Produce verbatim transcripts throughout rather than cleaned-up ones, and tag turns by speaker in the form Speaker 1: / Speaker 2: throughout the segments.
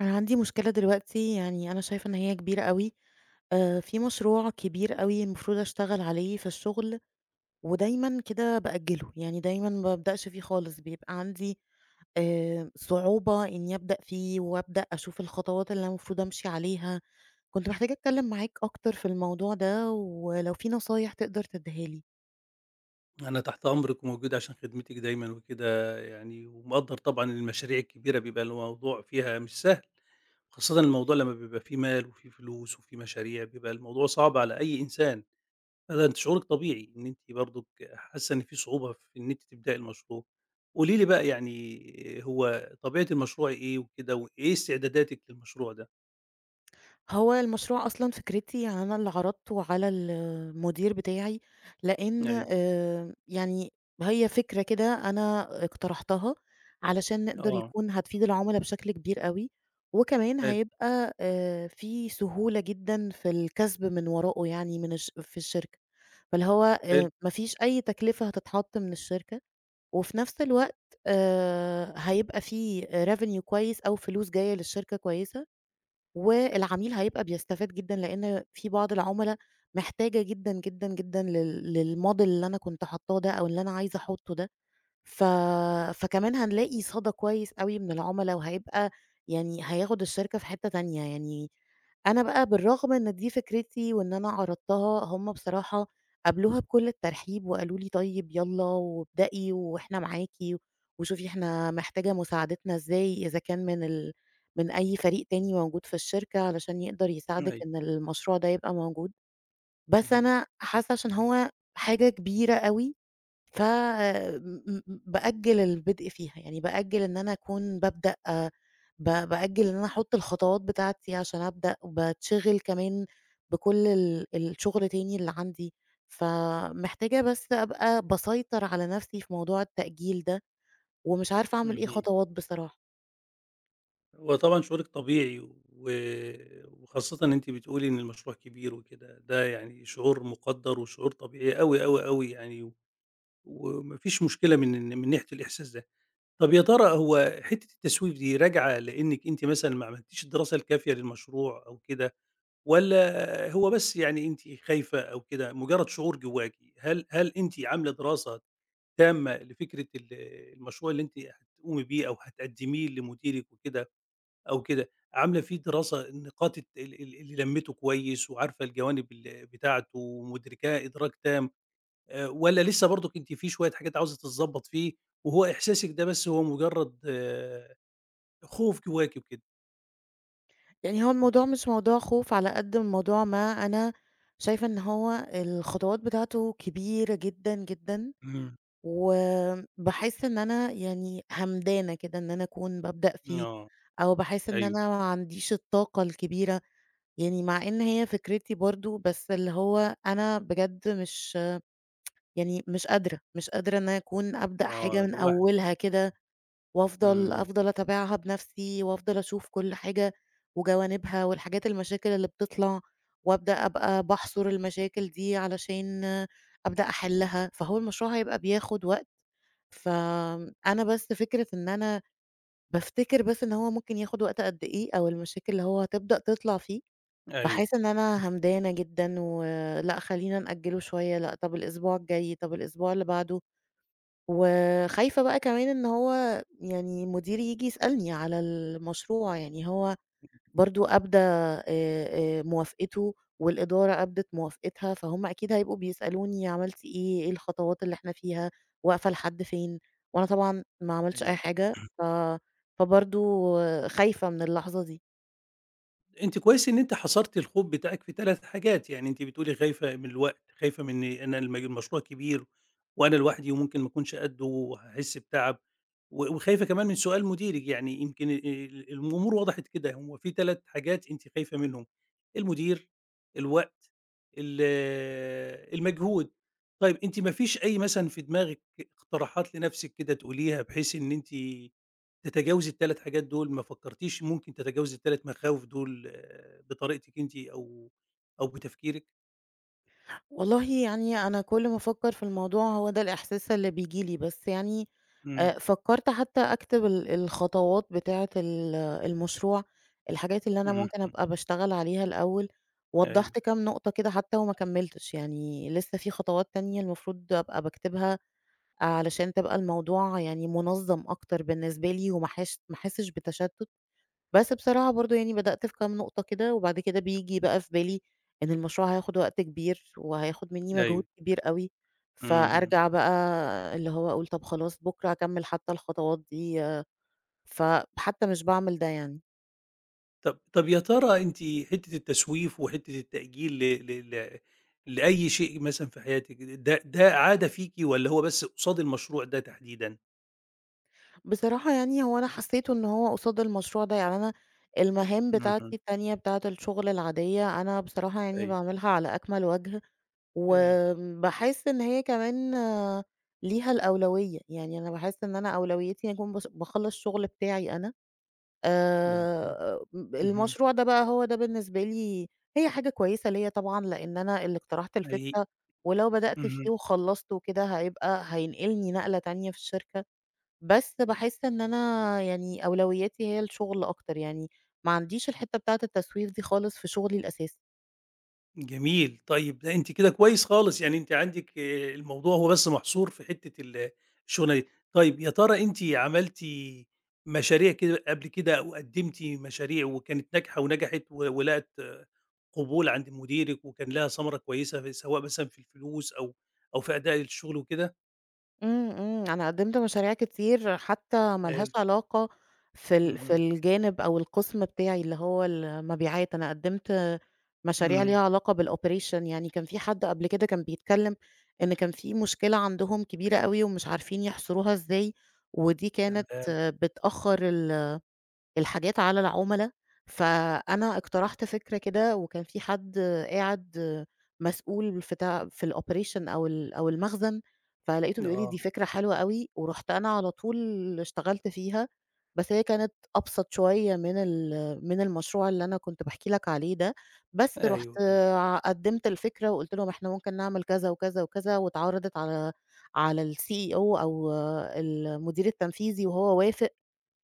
Speaker 1: أنا عندي مشكلة دلوقتي يعني أنا شايفة إن هي كبيرة أوي، آآ في مشروع كبير أوي المفروض أشتغل عليه في الشغل، ودايمًا كده بأجّله، يعني دايمًا ما بابدأش فيه خالص، بيبقى عندي آآ صعوبة إني أبدأ فيه وأبدأ أشوف الخطوات اللي أنا المفروض أمشي عليها، كنت محتاجة أتكلم معاك أكتر في الموضوع ده، ولو في نصايح تقدر تديها لي.
Speaker 2: أنا تحت أمرِك وموجود عشان خدمتِك دايمًا وكده يعني، ومقدّر طبعًا المشاريع الكبيرة بيبقى الموضوع فيها مش سهل، خاصةً الموضوع لمّا بيبقى فيه مال وفيه فلوس وفيه مشاريع بيبقى الموضوع صعب على أي إنسان، فده أنتِ شعورِك طبيعي إن أنتِ برضُك حاسة إن في صعوبة في إن أنتِ تبدئي المشروع. قولي لي بقى يعني هو طبيعة المشروع إيه وكده، وإيه استعداداتِك للمشروع ده؟
Speaker 1: هو المشروع أصلًا فكرتي أنا اللي عرضته على المدير بتاعي، لإن
Speaker 2: أيوه،
Speaker 1: آآ يعني هي فكرة كده أنا اقترحتها علشان نقدر
Speaker 2: آه،
Speaker 1: يكون هتفيد العُملا بشكل كبير أوي، وكمان
Speaker 2: حلو،
Speaker 1: هيبقى آآ في سهولة جدًا في الكسب من وراءه يعني من الش في الشركة، فاللي هو
Speaker 2: حلو،
Speaker 1: آآ ما فيش أي تكلفة هتتحط من الشركة، وفي نفس الوقت آآ هيبقى في revenue كويس أو فلوس جاية للشركة كويسة، والعميل هيبقى بيستفاد جدًا، لإن في بعض العُملا محتاجة جدًا، جدًا، جدًا لل للmodel اللي أنا كنت حاطاه ده أو اللي أنا عايزة أحطه ده. ف فكمان هنلاقي صدى كويس أوي من العُملا، وهيبقى يعني هياخد الشركة في حتّة تانية، يعني أنا بقى بالرغم إن دي فكرتي وإن أنا عرضتها، هُم بصراحة قابلوها بكل الترحيب وقالوا لي: "طيب يالّا وابدئي وإحنا معاكِ، وشوفي إحنا محتاجة مساعدتنا إزاي، إذا كان من ال من أي فريق تاني موجود في الشركة علشان يقدر يساعدِك
Speaker 2: أيوه،
Speaker 1: إن المشروع ده يبقى موجود." بس
Speaker 2: اهم،
Speaker 1: أنا حاسة عشان هو حاجة كبيرة أوي ف آآ م م بأجّل البدء فيها، يعني بأجّل إن أنا أكون بابدأ ب بأجّل إن أنا أحُط الخطوات بتاعتي عشان أبدأ، وباتشغل كمان بكل ال الشغل تاني اللي عندي، فمحتاجة بس أبقى باسيطر على نفسي في موضوع التأجيل ده، ومش عارفة أعمل إيه
Speaker 2: اهم.
Speaker 1: خطوات بصراحة.
Speaker 2: هو طبعًا شعورِك طبيعي، و وخاصةً إن أنتِ بتقولي إن المشروع كبير وكده، ده يعني شعور مُقدَّر وشعور طبيعي أوي، أوي، أوي يعني، وما فيش مشكلة من من ناحية الإحساس ده. طَب يا ترى هو حتّة التسويف دي راجعة لإنِّك أنتِ مثلًا ما عملتيش الدراسة الكافية للمشروع أو كده، والّا هو بس يعني أنتِ خايفة أو كده مجرّد شعور جواكِ؟ هل هل أنتِ عاملة دراسة تامة لفكرة ال المشروع اللي أنتِ هتقومي بيه أو هتقدّميه لمديرِك وكده؟ أو كده، عاملة فيه دراسة النقاط الت ال ال اللي لمِّته كويس وعارفة الجوانب ال بتاعته ومُدركاه إدراك تام، آآ والّا لسه برضُك أنتِ في شوية حاجات عاوزة تتضبّط فيه وهو إحساسِك ده بس هو مجرّد آه، خوف جواكِ وكده؟
Speaker 1: يعني هو الموضوع مش موضوع خوف على قد الموضوع ما أنا شايفة إن هو الخطوات بتاعته كبيرة جدًا، جدًا.
Speaker 2: إمم،
Speaker 1: وباحس إن أنا يعني همدانة كده إن أنا أكون بابدأ فيه،
Speaker 2: آه،
Speaker 1: أو باحس إن
Speaker 2: أيوه،
Speaker 1: أنا ما عنديش الطاقة الكبيرة، يعني مع إن هي فكرتي برضه، بس اللي هو أنا بجد مش يعني مش قادرة، مش قادرة إن أنا أكون أبدأ حاجة
Speaker 2: آه
Speaker 1: من
Speaker 2: لوحدِك،
Speaker 1: أولها كده، وأفضل
Speaker 2: إمم،
Speaker 1: أفضل أتابعها بنفسي، وأفضل أشوف كل حاجة وجوانبها والحاجات المشاكل اللي بتطلع، وأبدأ أبقى باحصر المشاكل دي علشان أبدأ أحلها، فهو المشروع هيبقى بياخد وقت فأنا بس فكرة إن أنا بافتكر بس إن هو ممكن ياخد وقت قد إيه أو المشاكل اللي هو هتبدأ تطلع فيه،
Speaker 2: أيوه،
Speaker 1: باحس إن أنا همدانة جدًا ولأ خلّينا نأجله شوية، لأ طب الأسبوع الجاي، طب الأسبوع اللي بعده، وخايفة بقى كمان إن هو يعني مديري ييجي يسألني على المشروع، يعني هو برضه أبدى آآ آآ موافقته والإدارة أبدت موافقتها، فهُم أكيد هيبقوا بيسألوني عملتِ إيه، إيه الخطوات اللي إحنا فيها، واقفة لحد فين، وأنا طبعًا ما عملتش أي
Speaker 2: أيوه.
Speaker 1: حاجة، ف فبرضه خايفة من اللحظة دي.
Speaker 2: أنتِ كويس إن أنتِ حصرتِ الخوف بتاعِك في ثلاث حاجات، يعني أنتِ بتقولي خايفة من الوقت، خايفة من إني أنا الم المشروع كبير وأنا لوحدي وممكن ما أكونش قده وهاحس بتعب، و وخايفة كمان من سؤال مديرِك، يعني يمكن ال ال- الأمور وضحت كده، هو في ثلاث حاجات أنتِ خايفة منهم، المدير، الوقت، ال المجهود. طيب أنتِ ما فيش أي مثلًا في دماغِك اقتراحات لنفسِك كده تقوليها بحيث إن أنتِ تتجاوزي التلات حاجات دول، ما فكرتيش ممكن تتجاوزي التلات مخاوف دول آآ بطريقتِك أنتِ أو أو بتفكيرِك؟
Speaker 1: والله يعني أنا كل ما أفكّر في الموضوع هو ده الإحساس اللي بييجي لي، بس يعني
Speaker 2: إمم،
Speaker 1: آآ فكّرت حتّى أكتب ال الخطوات بتاعة ال المشروع، الحاجات اللي أنا
Speaker 2: إمم،
Speaker 1: ممكن أبقى باشتغل عليها الأول،
Speaker 2: أيوه،
Speaker 1: وضّحت كام نقطة كده حتّى وما كمّلتش، يعني لسّه في خطوات تانية المفروض أبقى باكتبها علشان تبقى الموضوع يعني منظّم أكتر بالنسبة لي وما احش ما احسّش بتشتُّت. بس بصراحة برضه يعني بدأت في كام نقطة كده، وبعد كده بييجي بقى في بالي إن المشروع هياخد وقت كبير، وهياخد منّي
Speaker 2: أيوه،
Speaker 1: مجهود كبير أوي،
Speaker 2: اهم.
Speaker 1: فأرجع بقى اللي هو أقول طب خلاص بُكرة هاكمّل حتى الخطوات دي، آه، فحتى مش باعمل ده يعني.
Speaker 2: طب طب يا ترى أنتِ حتّة التسويف وحتّة التأجيل ل ل ل لأي شيء مثلًا في حياتِك، ده ده عادة فيكِ والّا هو بس قصاد المشروع ده تحديدًا؟
Speaker 1: بصراحة يعني هو أنا حسّيت إن هو قصاد المشروع ده يعني أنا المهام
Speaker 2: اهم،
Speaker 1: بتاعتي التانية بتاعة الشغل العادية، أنا بصراحة يعني
Speaker 2: أيوه،
Speaker 1: باعملها على أكمل وجه
Speaker 2: حلو،
Speaker 1: وباحس إن هي كمان آه، ليها الأولوية، يعني أنا باحس إن أنا أولويتي أكون باص باخلّص الشغل بتاعي أنا
Speaker 2: ممتاز،
Speaker 1: آآ، ب
Speaker 2: اهم،
Speaker 1: المشروع ده بقى هو ده بالنسبة لي هي حاجة كويسة ليّا طبعًا، لإن أنا اللي اقترحت
Speaker 2: حقيقي،
Speaker 1: الفكرة، ولو بدأت
Speaker 2: اهم.
Speaker 1: فيه وخلّصته وكده هيبقى هينقلني نقلة تانية في الشركة، بس باحس إن أنا يعني أولوياتي هي الشغل أكتر، يعني ما عنديش الحتّة بتاعة التسويف دي خالص في شغلي الأساسي.
Speaker 2: جميل، طيب ده أنتِ كده كويس خالص، يعني أنتِ عندِك آآ الموضوع هو بس محصور في حتة ال الشغلانة دي. طيب يا ترى أنتِ عملتِ مشاريع كده قبل كده أو قدّمتِ مشاريع وكانت ناجحة ونجحت و ولقت آه، قبول عند مديرِك وكان لها ثمرة كويسة في سواء مثلًا في الفلوس أو أو في أداء الشغل وكده؟
Speaker 1: إمم، إمم، أنا قدّمت مشاريع كتير حتى ما لهاش
Speaker 2: حلو،
Speaker 1: علاقة في ال
Speaker 2: اهم،
Speaker 1: في الجانب أو القسم بتاعي اللي هو المبيعات، أنا قدّمت مشاريع ليها
Speaker 2: إمم،
Speaker 1: علاقة بالoperation يعني كان في حد قبل كده كان بيتكلّم إن كان في مشكلة عندهم كبيرة أوي ومش عارفين يحصروها إزاي، ودي كانت
Speaker 2: تمام،
Speaker 1: بتأخّر ال الحاجات على العُملا، فأنا اقترحت فكرة كده وكان في حد قاعد مسؤول في تا في الoperation أو ال أو المخزن، فلقيته بيقول لي:
Speaker 2: آه،
Speaker 1: "دي فكرة حلوة أوي." ورُحت أنا على طول اشتغلت فيها، بس هي كانت أبسط شوية من ال من المشروع اللي أنا كنت باحكي لك عليه ده، بس
Speaker 2: أيوه،
Speaker 1: رُحت
Speaker 2: أيوه،
Speaker 1: ع قدّمت الفكرة وقُلت لهم: "إحنا ممكن نعمل كذا وكذا وكذا." واتعرضت على على الCEO أو او المدير التنفيذي وهو وافق.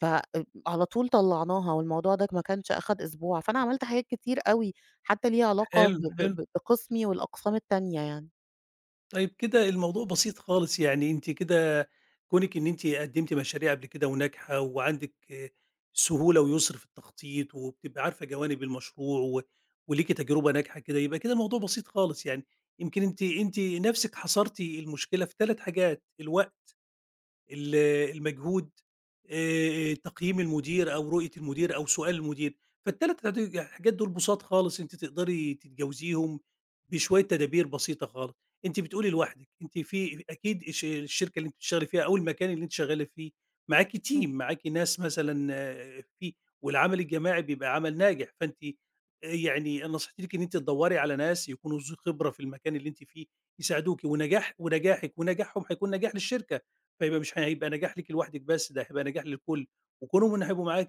Speaker 1: ف آآ على طول طلّعناها والموضوع ده ما كانش أخَد أسبوع، فأنا عملت حاجات كتير أوي حتى ليها علاقة ب
Speaker 2: حلو،
Speaker 1: ب
Speaker 2: حلو.
Speaker 1: ب بقسمي والأقسام التانية يعني.
Speaker 2: طيب كده الموضوع بسيط خالص، يعني أنتِ كده كونِك إن أنتِ قدّمتِ مشاريع قبل كده وناجحة وعندِك آه، سهولة ويسر في التخطيط وبتبقي عارفة جوانب المشروع و وليكِ تجربة ناجحة كده، يبقى كده الموضوع بسيط خالص يعني. يمكن أنتِ أنتِ نَفْسِك حصرتِ المشكلة في ثلاث حاجات، الوقت ال المجهود، آآ تقييم المدير أو رؤية المدير أو سؤال المدير، فالتلات د حاجات دول بساط خالص أنتِ تقدري تتجاوزيهم بشوية تدابير بسيطة خالص. أنتِ بتقولي لوحدِك، أنتِ في أكيد الش الشركة اللي أنتِ بتشتغلي فيها أو المكان اللي أنتِ شغالة فيه معاكِ team،
Speaker 1: إمم،
Speaker 2: معاكِ ناس مثلًا آه، في والعمل الجماعي بيبقى عمل ناجح، فأنتِ آه، يعني أنا نصيحتي لِك إن أنتِ تدوّري على ناس يكونوا ذو خبرة في المكان اللي أنتِ فيه يساعدوكِ، ونجاح ونجاحِك ونجاحهم هيكون نجاح للشركة. فيبقى مش هيبقى نجاح ليكِ لوحدِك بس، ده هيبقى نجاح للكل، وكونهم إن هيبقوا معاكِ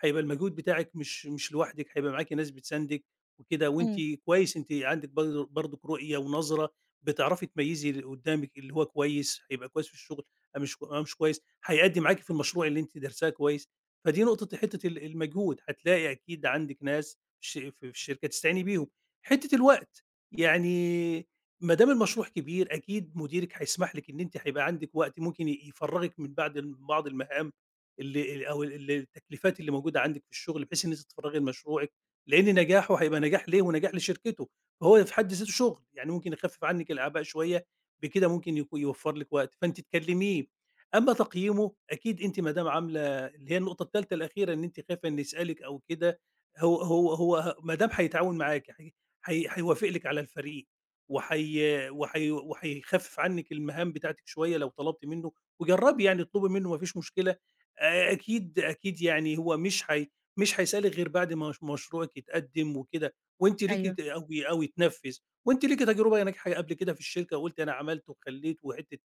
Speaker 2: هيبقى المجهود بتاعِك مش مش لوحدِك، هيبقى معاكِ ناس بتساندِك وكده، وأنتِ
Speaker 1: إمم،
Speaker 2: كويس أنتِ عندِك برض برضِك رؤية ونظرة بتعرفي تميّزي اللي قدّامِك اللي هو كويس، هيبقى كويس في الشغل، أم مش ك مش كويس، هيأدّي معاكِ في المشروع اللي أنتِ دارساه كويس، فدي نقطة حتّة ال المجهود، هتلاقي أكيد عندِك ناس ش في في الشركة تستعيني بيهم. حتّة الوقت، يعني ما دام المشروع كبير أكيد مديرِك هيسمح لِك إن أنتِ هيبقى عندِك وقت ممكن ي يفرّغِك من بعد ال بعض المهام اللي أو ال التكليفات اللي موجودة عندِك في الشغل، بحيث إن أنتِ تتفرّغي لمشروعِك، لإن نجاحه هيبقى نجاح ليه ونجاح لشركته، فهو في حد ذاته شغل، يعني ممكن يخفف عنِك الأعباء شوية، بكده ممكن يكو يوفّر لِك وقت، فأنتِ تكلميه. أمّا تقييمه أكيد أنتِ ما دام عاملة اللي هي النقطة التالتة الأخيرة إن أنتِ خايفة إنه يسألِك أو كده، هو هو هو ما دام هيتعاون معاكِ هي هي هيوافق لِك على الفريق. وحي وحي وحيخفف عنِّك المهام بتاعتِك شوية لو طلبتِ منه، وجرّبي يعني اطلبي منه ما فيش مشكلة، آآ أكيد، أكيد يعني هو مش هي مش هيسألِك غير بعد ما ش مشروعِك يتقدّم وكده، وأنتِ ليكِ
Speaker 1: أيوه،
Speaker 2: ت أو ي أو يتنفّذ، وأنتِ ليكِ تجربة ناجحة قبل كده في الشركة وقُلتِ أنا عملت وخلّيت وحتّة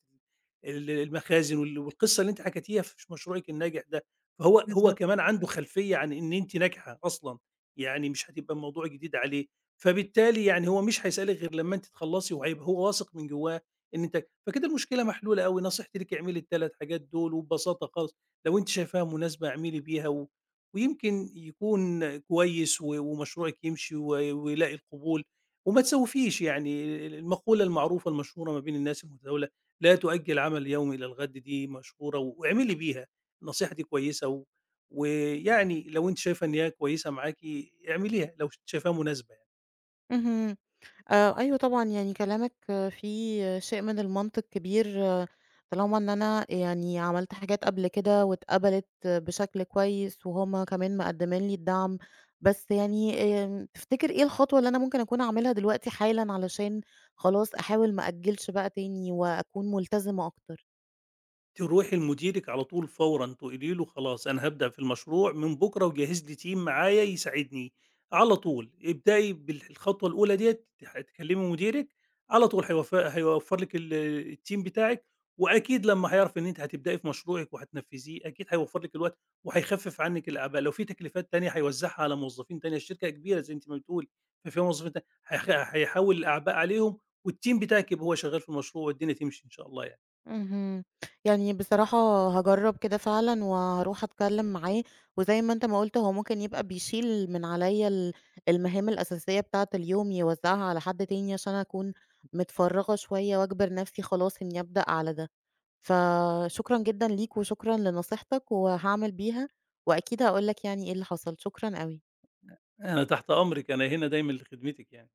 Speaker 2: ال المخازن وال والقصة اللي أنتِ حكيتيها في مشروعِك الناجح ده، فهو هو
Speaker 1: بالضبط.
Speaker 2: كمان عنده خلفية عن إن أنتِ ناجحة أصلًا، يعني مش هتبقى الموضوع جديد عليه. فبالتالي يعني هو مش هيسألِك غير لمّا أنتِ تخلّصي وهيبقى هو واثق من جوّاه إن أنتِ فكده المشكلة محلولة أوي، نصيحتي ليكِ اعملي التلات حاجات دول وببساطة خالص، لو أنتِ شايفاها مناسبة اعملي بيها و ويمكن يكون كويس و ومشروعِك يمشي و ويلاقي القبول، وما تسوّفيش يعني ال المقولة المعروفة المشهورة ما بين الناس المتداولة، "لا تؤجّل العمل اليومي إلى الغد" دي مشهورة و... واعملي بيها، النصيحة دي كويسة و ويعني لو أنتِ شايفة إن هي كويسة معاكِ اعمليها لو ش شايفاها مناسبة يعني.
Speaker 1: آآ أيوه طبعًا، يعني كلامك آه، فيه شيء من المنطق كبير، آه، طالما إن أنا يعني عملت حاجات قبل كده واتقبلت آه، بشكل كويس وهُم كمان مقدّمين لي الدعم، بس يعني آمم تفتكر إيه الخطوة اللي أنا ممكن أكون أعملها دلوقتي حالًا علشان خلاص أحاول ما أأجّلش بقى تاني وأكون ملتزمة أكتر؟
Speaker 2: تروحي لمديرِك على طول فورًا، تقولي له خلاص أنا هابدأ في المشروع من بُكرة وجهّز لي team معايا يساعدني، على طول ابدئي بالخطوة الأولى ديّة ه تكلمي مديرِك، على طول هيوف هيوفّر لِك ال الteam بتاعِك، وأكيد لمّا هيعرف إن أنتِ هتبدئي في مشروعِك وهتنفّذيه أكيد هيوفّر لِك الوقت، وهيخفف عنِّك الأعباء، لو في تكليفات تانية هيوزّعها على موظفين تانية، الشركة كبيرة زي أنتِ ما بتقولي، ففيها موظفين تا هيخ هيحوّل الأعباء عليهم، والteam بتاعِك يبقى هو شغّال في المشروع والدنيا تمشي إن شاء الله يعني.
Speaker 1: اهم. يعني بصراحة هاجرّب كده فعلًا وهاروح أتكلّم معاه، وزي ما أنت ما قُلت هو ممكن يبقى بيشيل من عليّا ال المهام الأساسية بتاعة اليوم يوزّعها على حد تاني عشان أكون متفرّغة شوية وأجبر نَفْسي خلاص إنّي أبدأ على ده. فشكرًا جدًا ليك وشكرًا لنصيحتك وهاعمل بيها، وأكيد هاقول لك يعني إيه اللي حصل، شكرًا أوي.
Speaker 2: أنا تحت أمرِك، أنا هنا دايمًا لخدمتِك يعني.